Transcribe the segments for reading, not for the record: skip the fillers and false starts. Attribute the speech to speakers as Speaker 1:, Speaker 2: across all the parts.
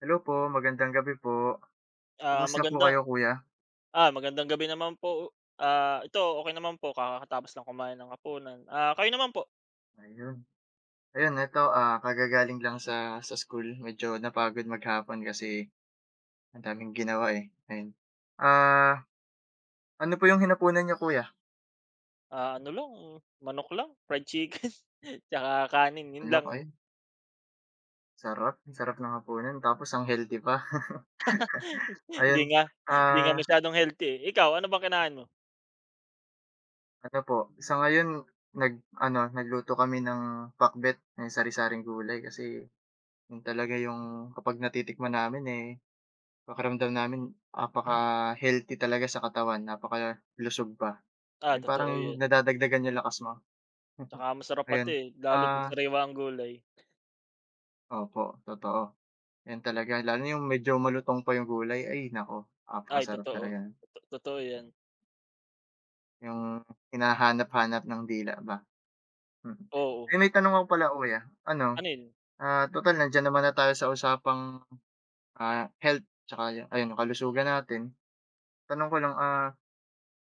Speaker 1: Hello po, magandang gabi po.
Speaker 2: Ah,
Speaker 1: Kumusta po
Speaker 2: maganda
Speaker 1: kayo, kuya?
Speaker 2: Magandang gabi naman po. Ito okay naman po, kakatapos lang kumain ng hapunan. Kayo naman po?
Speaker 1: Ayun. Ayun eto, kagagaling lang sa school. Medyo napagod maghapon kasi ang daming ginawa, eh, ayun. Ah, ano po yung hinapunan niyo, kuya?
Speaker 2: Ano lang, manok lang, fried chicken, tsaka kanin, yun
Speaker 1: Ano,
Speaker 2: lang.
Speaker 1: ayun, sarap, sarap ng hapunan, tapos ang healthy pa.
Speaker 2: Hindi
Speaker 1: Ayun,
Speaker 2: nga hindi nga
Speaker 1: ah,
Speaker 2: masyadong healthy, eh. Ikaw, ano bang kinain mo?
Speaker 1: ano po, sa ngayon nag-ano, nagluto kami ng pakbet, ng sari-saring gulay kasi yun talaga yung kapag natitikman namin, eh, pakiramdam namin napaka-healthy talaga sa katawan, napakalusog pa. Yung
Speaker 2: Totoo
Speaker 1: parang
Speaker 2: yun.
Speaker 1: nadadagdagan yung lakas mo.
Speaker 2: Tsaka masarap pati,
Speaker 1: Ayun,
Speaker 2: eh, lalo't pag
Speaker 1: ah
Speaker 2: sariwa ang gulay.
Speaker 1: opo, totoo. Yun talaga, lalo na yung medyo malutong pa yung gulay, ay naku,
Speaker 2: Ay
Speaker 1: napakasarap
Speaker 2: totoo,
Speaker 1: talaga.
Speaker 2: totoo yan,
Speaker 1: Yung hinahanap-hanap ng dila ba, mm.
Speaker 2: oo.
Speaker 1: Eh, may tanong ako pala, kuya, ano,
Speaker 2: Ano yun?
Speaker 1: tutal nandiyan naman na tayo sa usapang, health tsaka ayun, kalusugan natin. Tanong ko lang,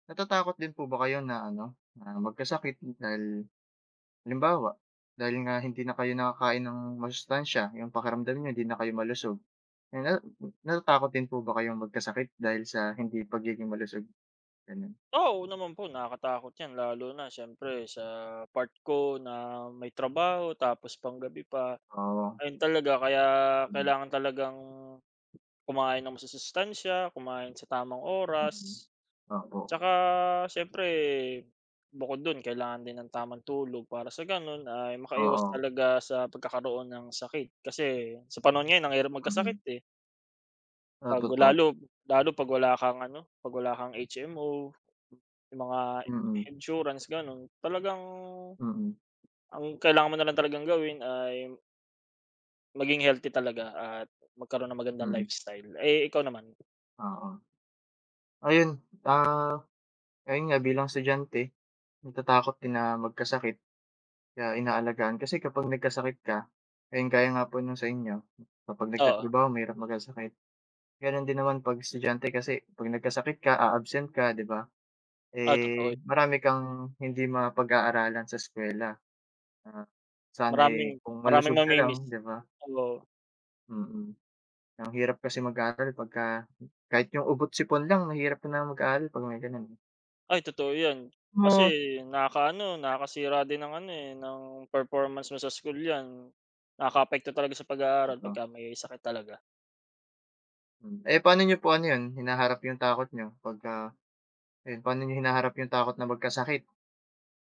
Speaker 1: natatakot din po ba kayo na ano, na magkasakit dahil. Halimbawa, dahil nga hindi na kayo nakakain ng masustansya, yung pakiramdam niyo hindi na kayo malusog, eh, na natatakot din po ba kayong magkasakit dahil sa hindi pagiging malusog, gano'n?
Speaker 2: Oo naman po, nakakatakot yan, lalo na siyempre sa part ko na may trabaho tapos panggabi pa.
Speaker 1: Oo,
Speaker 2: Ayun talaga, kaya
Speaker 1: hmm,
Speaker 2: kailangan talagang kumain ng masusustansiya, kumain sa tamang
Speaker 1: mm.
Speaker 2: oras,
Speaker 1: Opo,
Speaker 2: tsaka siyempre bukod dun kailangan din ng tamang tulog para sa ganun ay makaiwas
Speaker 1: oo,
Speaker 2: talaga sa pagkakaroon ng sakit. Kasi sa panahon ngayon ang hirap magkasakit,
Speaker 1: mm.
Speaker 2: eh,
Speaker 1: Ah,
Speaker 2: 'pag
Speaker 1: totoo.
Speaker 2: lalo lalo 'pag wala kang ano, 'pag wala kang HMO, yung mga
Speaker 1: Mm,
Speaker 2: insurance, gano'n. Talagang
Speaker 1: mm,
Speaker 2: ang kailangan mo na lang talagang gawin ay maging healthy talaga at magkaroon ng magandang
Speaker 1: mm,
Speaker 2: lifestyle. Eh, ikaw naman?
Speaker 1: oo. Ayun, ah, ayun nga bilang estudyante, natatakot din na magkasakit kaya inaalagaan kasi kapag nagkasakit ka, ayun, gaya nga po nung sa inyo, kapag
Speaker 2: Oo.
Speaker 1: nagtatrabaho mahirap magkasakit. Gano'n din naman 'pag estudyante kasi 'pag nagkasakit ka, a-absent ka, 'di ba?
Speaker 2: Ah, totoo.
Speaker 1: Eh, marami kang hindi mapag-aaralan sa eskuwela, ah, sana,
Speaker 2: Maraming
Speaker 1: eh, kung
Speaker 2: maraming
Speaker 1: malusog ka
Speaker 2: mamimiss.
Speaker 1: lang, 'di ba?
Speaker 2: Oo.
Speaker 1: Mm. Ang hirap kasi mag-aral pagka kahit yung ubot-sipon lang mahirap na mag-aral 'pag may gano'n, eh.
Speaker 2: Ay, totoo 'yan. Kasi
Speaker 1: Mo
Speaker 2: nakakasira din ng ano, eh, ng performance mo sa school 'yan. Nakakaapekto talaga sa pag-aaral
Speaker 1: Totoo.
Speaker 2: pagka may sakit talaga.
Speaker 1: Hmm, eh, paano niyo po ano 'yun, hinaharap yung takot niyo pagka ayun, paano niyo hinaharap yung takot na magkasakit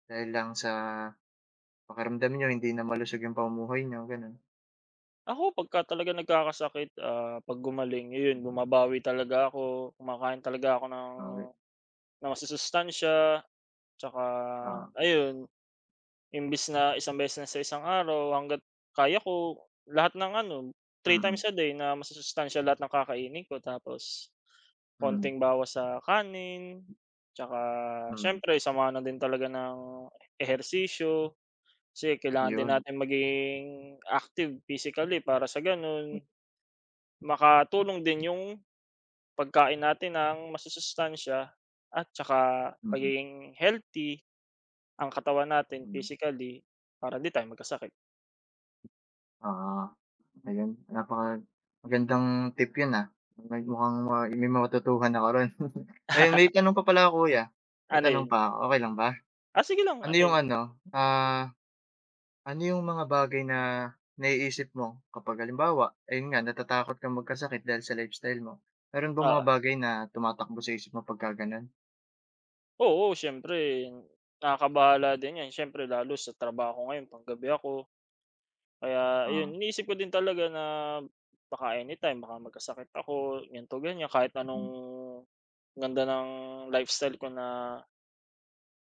Speaker 1: dahil lang sa pakiramdam niyo hindi na malusog yung pamumuhay niyo, gano'n?
Speaker 2: Ako pagka talaga nagkakasakit, ah, 'pag gumaling, ayun,
Speaker 1: Hmm,
Speaker 2: bumabawi talaga ako, kumakain talaga ako ng
Speaker 1: okey.
Speaker 2: ng masusustansya, tsaka
Speaker 1: Oo.
Speaker 2: ayun, imbis na isang beses lang sa isang araw, hangga't kaya ko, lahat ng ano, three
Speaker 1: Mm,
Speaker 2: times a day na masusustansiya lahat ng kakainin ko, tapos
Speaker 1: mm.
Speaker 2: konting bawas sa kanin, tsaka
Speaker 1: Hmm,
Speaker 2: siyempre samahan na din talaga ng ehersisyo kasi kailangan din
Speaker 1: ayun.
Speaker 2: natin maging active physically para sa gano'n makatulong din yung pagkain natin ng masusustansiya at tsaka
Speaker 1: Mm,
Speaker 2: pagiging healthy ang katawan natin
Speaker 1: hmm.
Speaker 2: physically para 'di tayo magkasakit.
Speaker 1: Ah, ayun, napaka magandang tip yun, ah. May mukhang may matututuhan ako ro'n. Ayun, may tanong pa pala ako, kuya. May
Speaker 2: Ano
Speaker 1: tanong
Speaker 2: yun?
Speaker 1: pa ako, okey lang ba?
Speaker 2: Ah, sige lang,
Speaker 1: Ano
Speaker 2: ano
Speaker 1: yung
Speaker 2: yun?
Speaker 1: ano, ano yung mga bagay na naiisip mo kapag halimbawa, ayun nga, natatakot kang magkasakit dahil sa lifestyle mo. Meron bang
Speaker 2: Oo.
Speaker 1: mga bagay na tumatakbo sa isip mo pagka gano'n?
Speaker 2: Oo, siyempre nakakabahala din yan. Siyempre lalo sa trabaho ko ngayon panggabi ako. Kaya ayun,
Speaker 1: Oo,
Speaker 2: iniisip ko din talaga na baka anytime baka magkasakit ako, ganito, ganyan. Kahit anong
Speaker 1: hmm,
Speaker 2: ganda ng lifestyle ko na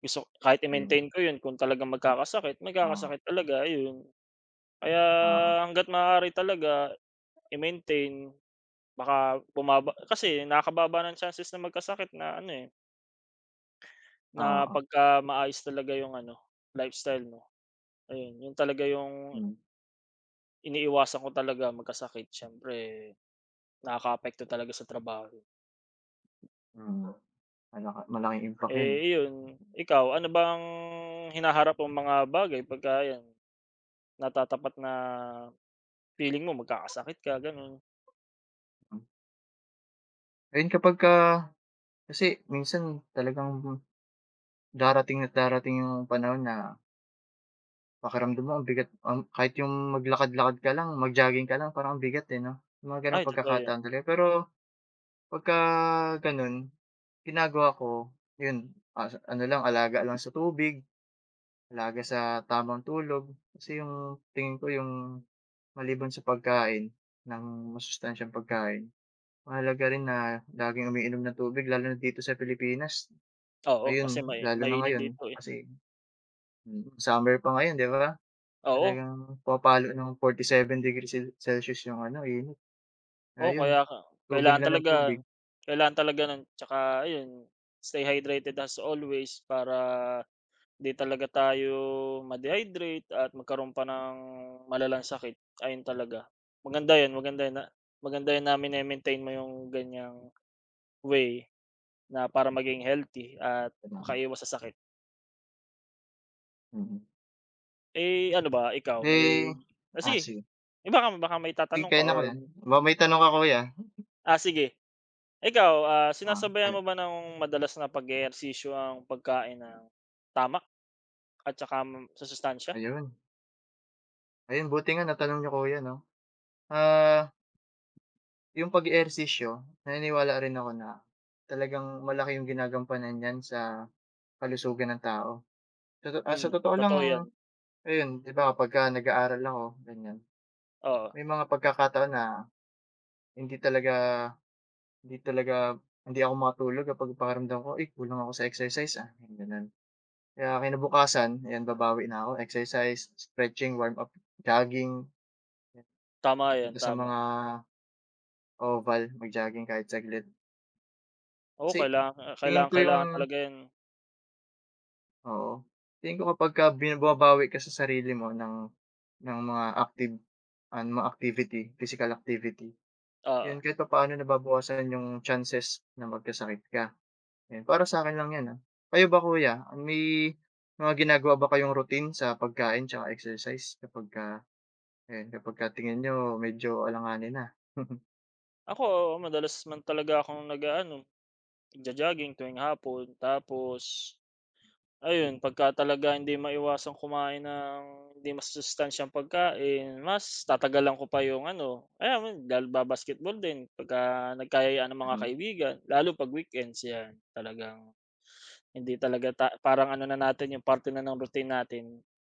Speaker 2: gusto kahit
Speaker 1: ayun.
Speaker 2: i-maintain ko yun, kung talagang magkakasakit,
Speaker 1: ah,
Speaker 2: magkakasakit talaga, ayun. Kaya
Speaker 1: Nga, oo,
Speaker 2: hangga't maaari talaga i-maintain, baka bumaba kasi, nakakababa ng chances na magkasakit na ano, eh, na
Speaker 1: oo.
Speaker 2: pagka maayos talaga yung ano, lifestyle mo, ayun yun talaga yung
Speaker 1: Hmm,
Speaker 2: iniiwasan ko talaga, magkasakit, siyempre nakakaapekto talaga sa trabaho.
Speaker 1: hmm. Malaki malaking impact yun, eh.
Speaker 2: Eh, iyon, ikaw ano bang hinaharap mong mga bagay pagka yan, natatapat na feeling mo magkakasakit ka, ganun?
Speaker 1: Ayun kapagka kasi minsan talagang darating at darating yung panahon na pakiramdam mo ang bigat, ang kahit yung maglakad-lakad ka lang, mag-jogging ka lang parang ang bigat, eh, 'no? Yung mga
Speaker 2: Ay
Speaker 1: gano'ng
Speaker 2: totoo yun,
Speaker 1: pagkakataon talaga. Pero pagka gano'n, ginagawa ko 'yun, ano lang, alaga lang sa tubig, alaga sa tamang tulog. Kasi yung tingin ko yung maliban sa pagkain ng masustansyang pagkain, mahalaga rin na laging umiinom ng tubig, lalo na dito sa Pilipinas.
Speaker 2: oo kasi
Speaker 1: Ayun,
Speaker 2: may
Speaker 1: lalo na
Speaker 2: mainit
Speaker 1: ngayon
Speaker 2: dito, eh,
Speaker 1: kasi summer pa ngayon, 'di ba?
Speaker 2: oo,
Speaker 1: Talagang pumapalo ng 47 degrees Celsius yung ano, init.
Speaker 2: oo
Speaker 1: Ayun,
Speaker 2: kaya
Speaker 1: tubig
Speaker 2: kailangan
Speaker 1: lang ng
Speaker 2: talaga,
Speaker 1: tubig.
Speaker 2: nun tsaka ayun, stay hydrated as always para 'di talaga tayo ma-dehydrate at magkaroon pa ng malalang sakit, ayun talaga. Maganda 'yun, maganda yan, na maganda yan namin na maintain mo yung ganiyang way na para maging healthy at
Speaker 1: Salamat,
Speaker 2: makaiwas sa sakit.
Speaker 1: mm.
Speaker 2: Eh, ano ba ikaw
Speaker 1: Eh,
Speaker 2: may ah, sige,
Speaker 1: sige.
Speaker 2: eh, baka baka may
Speaker 1: Sige,
Speaker 2: itatanong ka,
Speaker 1: kaya na ko 'yan. Ba may tanong ka, kuya.
Speaker 2: sige, ikaw, ah,
Speaker 1: Ah,
Speaker 2: sinasabayan
Speaker 1: ay,
Speaker 2: mo ba ng madalas na pag-eehersisyo ang pagkain ng tamak at saka m- sa sustansya.
Speaker 1: ayun. Ayun, buti nga natanong niyo, kuya, 'no. Ah, yung pag-eehersisyo naniniwala rin ako na talagang malaki yung ginagampanan niyan sa kalusugan ng tao.
Speaker 2: Hmm,
Speaker 1: Sa totoo lang,
Speaker 2: totoo 'yan.
Speaker 1: ayun, 'di ba kapagka nag-aaral ako, ganyan,
Speaker 2: Oo,
Speaker 1: may mga pagkakataon na hindi talaga hindi talaga hindi ako makatulog kapag pakiramdam ko, "Uy, kulang ako sa exercise, gano'n. Kaya kinabukasan, ayan, babawi na ako, exercise, stretching, warm up, jogging, ayan,
Speaker 2: tama 'yan,
Speaker 1: punta sa mga
Speaker 2: tama.
Speaker 1: oval, mag-jogging kahit saglit.
Speaker 2: Oo,
Speaker 1: Kasi
Speaker 2: kailangan
Speaker 1: tingin
Speaker 2: kailangan
Speaker 1: ko yung,
Speaker 2: kailangan talaga 'yan,
Speaker 1: oo, tingin ko kapagka bumabawi ka sa sarili mo ng mga active, mga activity, physical activity,
Speaker 2: oo.
Speaker 1: yun kahit papaano nababawasan yung chances na magkasakit ka. Ayan, para sa sa'kin lang 'yan, ah. Kayo ba, kuya, may mga ginagawa ba kayong routine sa pagkain tsaka exercise kapagka ayan, kapagka tingin niyo medyo alanganin na?
Speaker 2: Ako, madalas man talaga akong nagjo-jogging tuwing hapon. Tapos ayun, pagka talaga hindi maiwasang kumain ng hindi masustansyang pagkain, mas tatagalan ko pa yung ano, ayun yun dahil basketball din pagka nagkayayaan ng mga
Speaker 1: Mm,
Speaker 2: kaibigan, lalo 'pag weekends, 'yan. Talagang hindi talaga parang ano na natin, yung parte na ng routine natin.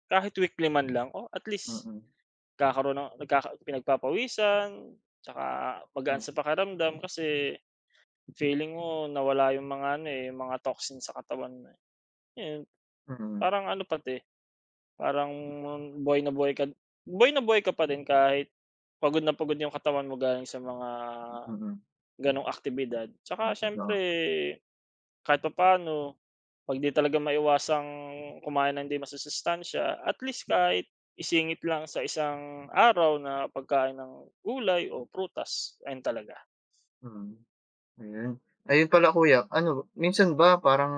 Speaker 2: Kahit weekly man lang, oh, at least
Speaker 1: mm,
Speaker 2: nagkakaroon ng pinagpapawisan, tsaka magaan
Speaker 1: mm,
Speaker 2: sa pakiramdam kasi feeling mo nawala yung mga ano, eh, yung mga toxin sa katawan mo, eh. Yun.
Speaker 1: mm,
Speaker 2: Parang ano pati, parang buhay na buhay ka buhay na buhay ka pa din kahit pagod na pagod yung katawan mo galing sa mga
Speaker 1: mm.
Speaker 2: gano'ng aktibidad.
Speaker 1: Oo,
Speaker 2: Tsaka siyempre
Speaker 1: totoo.
Speaker 2: kahit papaano, 'pag 'di talaga maiwasang kumain ng hindi masusustansiya, at least kahit isingit lang sa isang araw na pagkain ng gulay o prutas, ayun talaga.
Speaker 1: Mm, ayun. Ayun pala, kuya, ano, minsan ba parang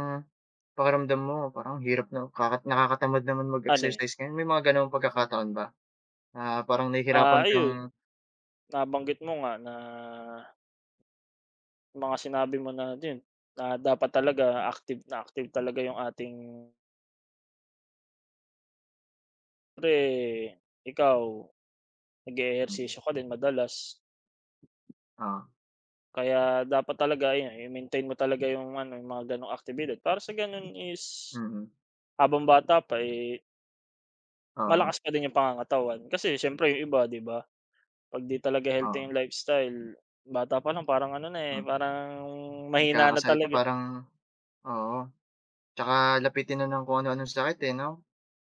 Speaker 1: pakiramdam mo parang hirap na nakakatamad naman
Speaker 2: Ano, eh,
Speaker 1: mag-exercise ngayon, may mga gano'ng pagkakataon ba? Na parang nahihirapan kang
Speaker 2: Ayun, nabanggit mo nga na, mga sinabi mo na din, na dapat talaga active na active talaga yung ating pre ikaw
Speaker 1: mm,
Speaker 2: nag-eehersisyo ka din madalas,
Speaker 1: oo,
Speaker 2: kaya dapat talaga ayun, i-maintain mo talaga yung ano, yung mga gano'ng aktibidad para sa gano'n is
Speaker 1: mm.
Speaker 2: habang bata pa, eh,
Speaker 1: Oo,
Speaker 2: malakas pa din yung pangangatawan kasi siyempre yung iba 'di ba, 'pag 'di talaga healthy
Speaker 1: oo,
Speaker 2: yung lifestyle, bata pa lang parang ano na, eh,
Speaker 1: hmm.
Speaker 2: parang mahina na
Speaker 1: Nagkakasakit na
Speaker 2: talaga.
Speaker 1: parang oo, tsaka lapitin na ng kung ano-anong sakit, eh, 'no?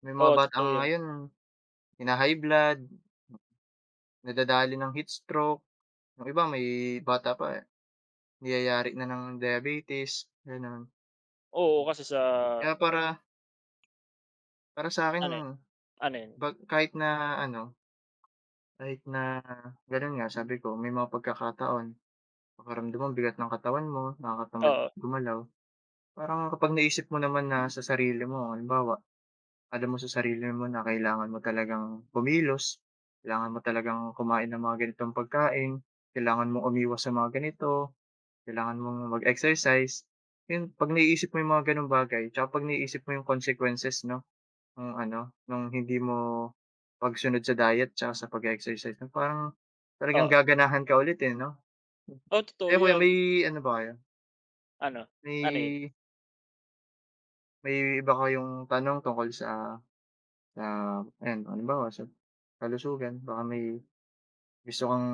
Speaker 1: May mga
Speaker 2: Oo,
Speaker 1: bata
Speaker 2: totoo
Speaker 1: nga
Speaker 2: 'yun.
Speaker 1: ngayon hina-high blood, nadadali ng heat stroke, yung iba may bata pa, eh, niyayari na ng diabetes, gano'n.
Speaker 2: Oo, kasi sa
Speaker 1: Kaya para para sa akin
Speaker 2: ano, eh, ano 'yun?
Speaker 1: 'pag kahit na ano, kahit na gano'n, nga sabi ko may mga pagkakataon pakiramdam mo ang bigat ng katawan mo, nakakatamad
Speaker 2: Oo,
Speaker 1: gumalaw. Parang kapag naisip mo naman na sa sarili mo halimbawa, alam mo sa sarili mo na kailangan mo talagang kumilos, kailangan mo talagang kumain ng mga ganitong pagkain, kailangan mong umiwas sa mga ganito, kailangan mong mag-exercise. Yun, 'pag naiisip mo yung mga gano'ng bagay, tsaka 'pag naiisip mo yung consequences, 'no, ng ano, nung hindi mo pagsunod sa diet tsaka sa pag exercise, na parang talagang
Speaker 2: oo.
Speaker 1: gaganahan ka ulit, eh, 'no?
Speaker 2: Oo, totoo
Speaker 1: Eh, kuya,
Speaker 2: 'yun.
Speaker 1: may ano ba kayo,
Speaker 2: Ano, ano 'yun?
Speaker 1: may may iba kayong tanong tungkol sa, na ayan, halimbawa sa kalusugan baka may gusto kang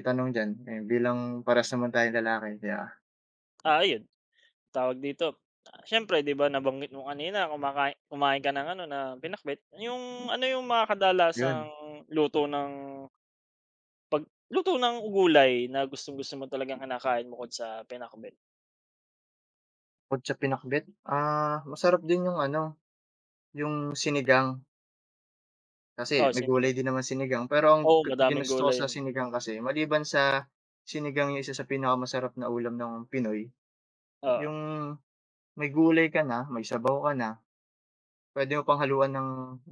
Speaker 1: itanong diyan, eh, bilang parehas naman tayong lalaki kaya
Speaker 2: Ah, ayun, tawag dito, ah, siyempre 'di ba nabanggit mo kanina kumain ka ng ano, ng pinakbet, yung ano yung mga kadalasang
Speaker 1: yun.
Speaker 2: luto ng, 'pag luto ng gulay na gustong-gusto mo talagang kinakain bukod sa pinakbet?
Speaker 1: Bukod sa pinakbet, masarap din yung ano, yung sinigang kasi
Speaker 2: Oh,
Speaker 1: may
Speaker 2: sino
Speaker 1: gulay din naman sinigang, pero ang
Speaker 2: Oo, madaming
Speaker 1: ginusto ko
Speaker 2: gulay.
Speaker 1: sa sinigang kasi maliban sa sinigang yung isa sa pinakamasarap na ulam ng Pinoy,
Speaker 2: Oo,
Speaker 1: yung may gulay ka na, may sabaw ka na, puwede mo pang haluan ng,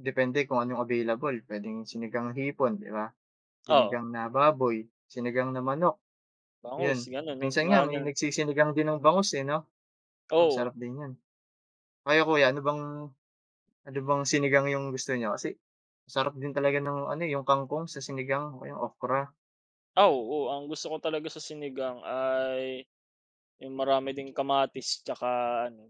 Speaker 1: depende kung anong available, puwedeng sinigang hipon, 'di ba?
Speaker 2: oo,
Speaker 1: Sinigang na baboy, sinigang na manok, 'yun.
Speaker 2: bangus gano'n, nun
Speaker 1: Minsan nga
Speaker 2: mga
Speaker 1: may
Speaker 2: gano'n.
Speaker 1: nagsisinigang din ng bangus, eh, 'no?
Speaker 2: Oo,
Speaker 1: Masarap din 'yun. Kayo, kuya, ano bang sinigang yung gusto niyo? Kasi masarap din talaga ng ano, eh, yung kangkong sa sinigang o kaya okra.
Speaker 2: ah, oo, ang gusto ko talaga sa sinigang ay yung marami ding kamatis tsaka ano,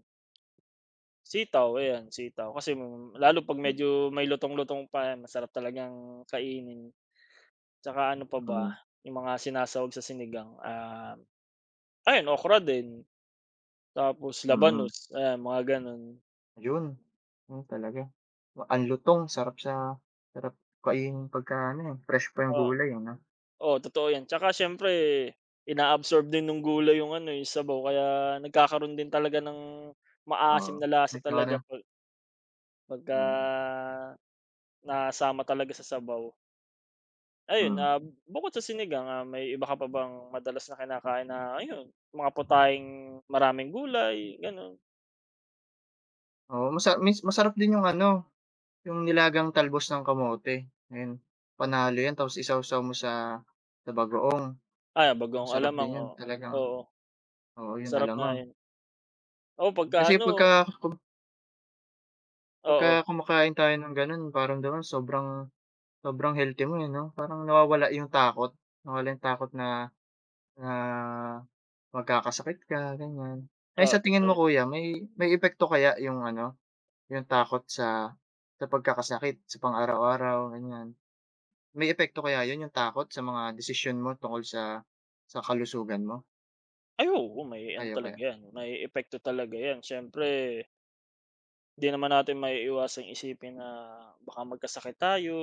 Speaker 2: sitaw, ayan, sitaw. Kasi mm, lalo 'pag medyo may lutong-lutong pa yan masarap talagang kainin. Tsaka ano pa ba,
Speaker 1: Mm,
Speaker 2: yung mga sinasahog sa sinigang, ah, ayun, okra din, tapos
Speaker 1: mm,
Speaker 2: labanos, ayan, mga gano'n.
Speaker 1: ayun. 'Yun talaga. Ang lutong sarap sa sarap kainin pagka ano, eh, fresh pa yung gulay, eh, 'no?
Speaker 2: Oo, totoo 'yan. Tsaka siyempre inaabsorb din ng gulay yung ano, eh, sabaw, kaya nagkakaroon din talaga ng
Speaker 1: Oo,
Speaker 2: maasim na lasa
Speaker 1: may kara,
Speaker 2: talaga pag pagka
Speaker 1: mm,
Speaker 2: nasama talaga sa sabaw. Ayun, ah,
Speaker 1: hmm.
Speaker 2: bukod sa sinigang, ah, may iba ka pa bang madalas na kinakain na ayun, mga putaing maraming gulay, gano'n?
Speaker 1: Oo, masarap din yung ano, yung nilagang talbos ng kamote, ayun, panalo 'yan tapos isawsaw mo sa bagoong,
Speaker 2: Ah,
Speaker 1: ang
Speaker 2: bagong
Speaker 1: sarap
Speaker 2: alamang,
Speaker 1: din 'yun,
Speaker 2: oo.
Speaker 1: talagang,
Speaker 2: Oo,
Speaker 1: oo, 'yun
Speaker 2: sarap nga
Speaker 1: alamang.
Speaker 2: 'yan. Oo, pagka
Speaker 1: Kasi
Speaker 2: ano,
Speaker 1: pagka
Speaker 2: oo,
Speaker 1: kumakain tayo ng gano'n parang nararamdaman sobrang, sobrang healthy mo, eh, 'no? Parang nawawala yung takot na na magkakasakit ka ganiyan. Eh,
Speaker 2: oo,
Speaker 1: sa tingin
Speaker 2: totoo
Speaker 1: mo,
Speaker 2: 'yan.
Speaker 1: kuya, may epekto kaya yung ano, yung takot sa pagkakasakit sa pang-araw-araw, ganiyan? May epekto kaya yun, yung takot sa mga desisyon mo tungkol sa kalusugan mo?
Speaker 2: Ay, oo, may ano
Speaker 1: Kaya
Speaker 2: talaga
Speaker 1: kaya?
Speaker 2: 'yan, may epekto talaga 'yan. Siyempre 'di naman natin maiiwasang isipin na baka magkasakit tayo,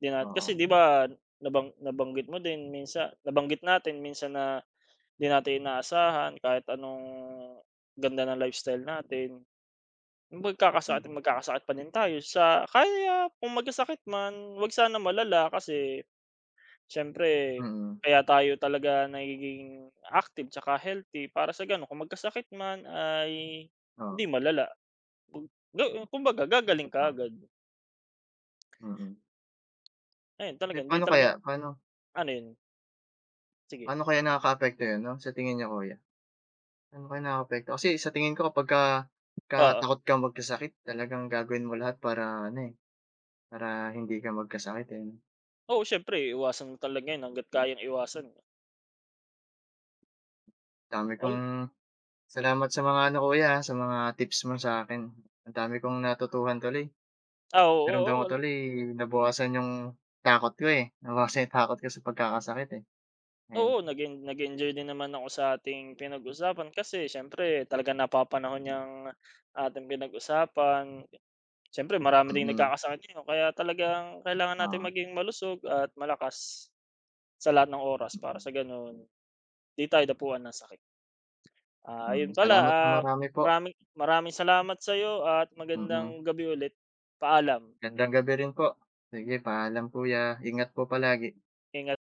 Speaker 2: 'di nat
Speaker 1: Oo.
Speaker 2: kasi 'di ba nabanggit mo din minsan, nabanggit natin minsan na 'di natin inaasahan, kahit anong ganda ng lifestyle natin,
Speaker 1: Mm,
Speaker 2: magkakasakit at magkakasakit pa din tayo, sa kaya kung magkasakit man, 'wag sana malala kasi siyempre
Speaker 1: mm.
Speaker 2: kaya tayo talaga nagiging active tsaka healthy para sa gano'n kung magkasakit man ay hindi
Speaker 1: Oo,
Speaker 2: malala. Kung ga Kumbaga gagaling ka
Speaker 1: totoo,
Speaker 2: agad.
Speaker 1: mm.
Speaker 2: Ayun talaga,
Speaker 1: Eh,
Speaker 2: hindi
Speaker 1: paano
Speaker 2: talaga
Speaker 1: kaya paano
Speaker 2: ano yun? Sige,
Speaker 1: paano kaya nakakaapekto yun, 'no, sa tingin niyo, kuya? Paano kaya nakakaapekto? Kasi sa tingin ko kapagka
Speaker 2: oo.
Speaker 1: takot kang magkasakit talagang gagawin mo lahat para ano, eh, para hindi ka magkasakit, eh, 'no?
Speaker 2: Oo, siyempre iwasan mo talaga yun hangga't kayang iwasan.
Speaker 1: Dami
Speaker 2: All
Speaker 1: kong salamat sa mga ano, kuya, sa mga tips mo sa'kin. Ang dami kong natutuhan tuloy.
Speaker 2: Oo, oo,
Speaker 1: Naramdaman ko
Speaker 2: wala,
Speaker 1: tuloy nabawasan yung takot ko, eh, nabawasan yung takot ko sa pagkakasakit, eh, ayun.
Speaker 2: oo, nag-enjoy din naman ako sa ating pinag-usapan kasi siyempre talagang napapanahon 'yang ating pinag-usapan. Siyempre marami ding
Speaker 1: Mm,
Speaker 2: nagkakasakit ngayon, kaya talagang kailangan natin
Speaker 1: oo,
Speaker 2: maging malusog at malakas sa lahat ng oras para
Speaker 1: mm,
Speaker 2: sa gano'n 'di tayo dapuan ng sakit. Ah,
Speaker 1: mm.
Speaker 2: ayun pala,
Speaker 1: Salamat ng
Speaker 2: ah,
Speaker 1: marami po,
Speaker 2: maraming maraming salamat sa'yo at
Speaker 1: mm.
Speaker 2: magandang gabi ulit. Paalam.
Speaker 1: Magandang gabi rin po. Sige, paalam, kuya, ingat po palagi.
Speaker 2: En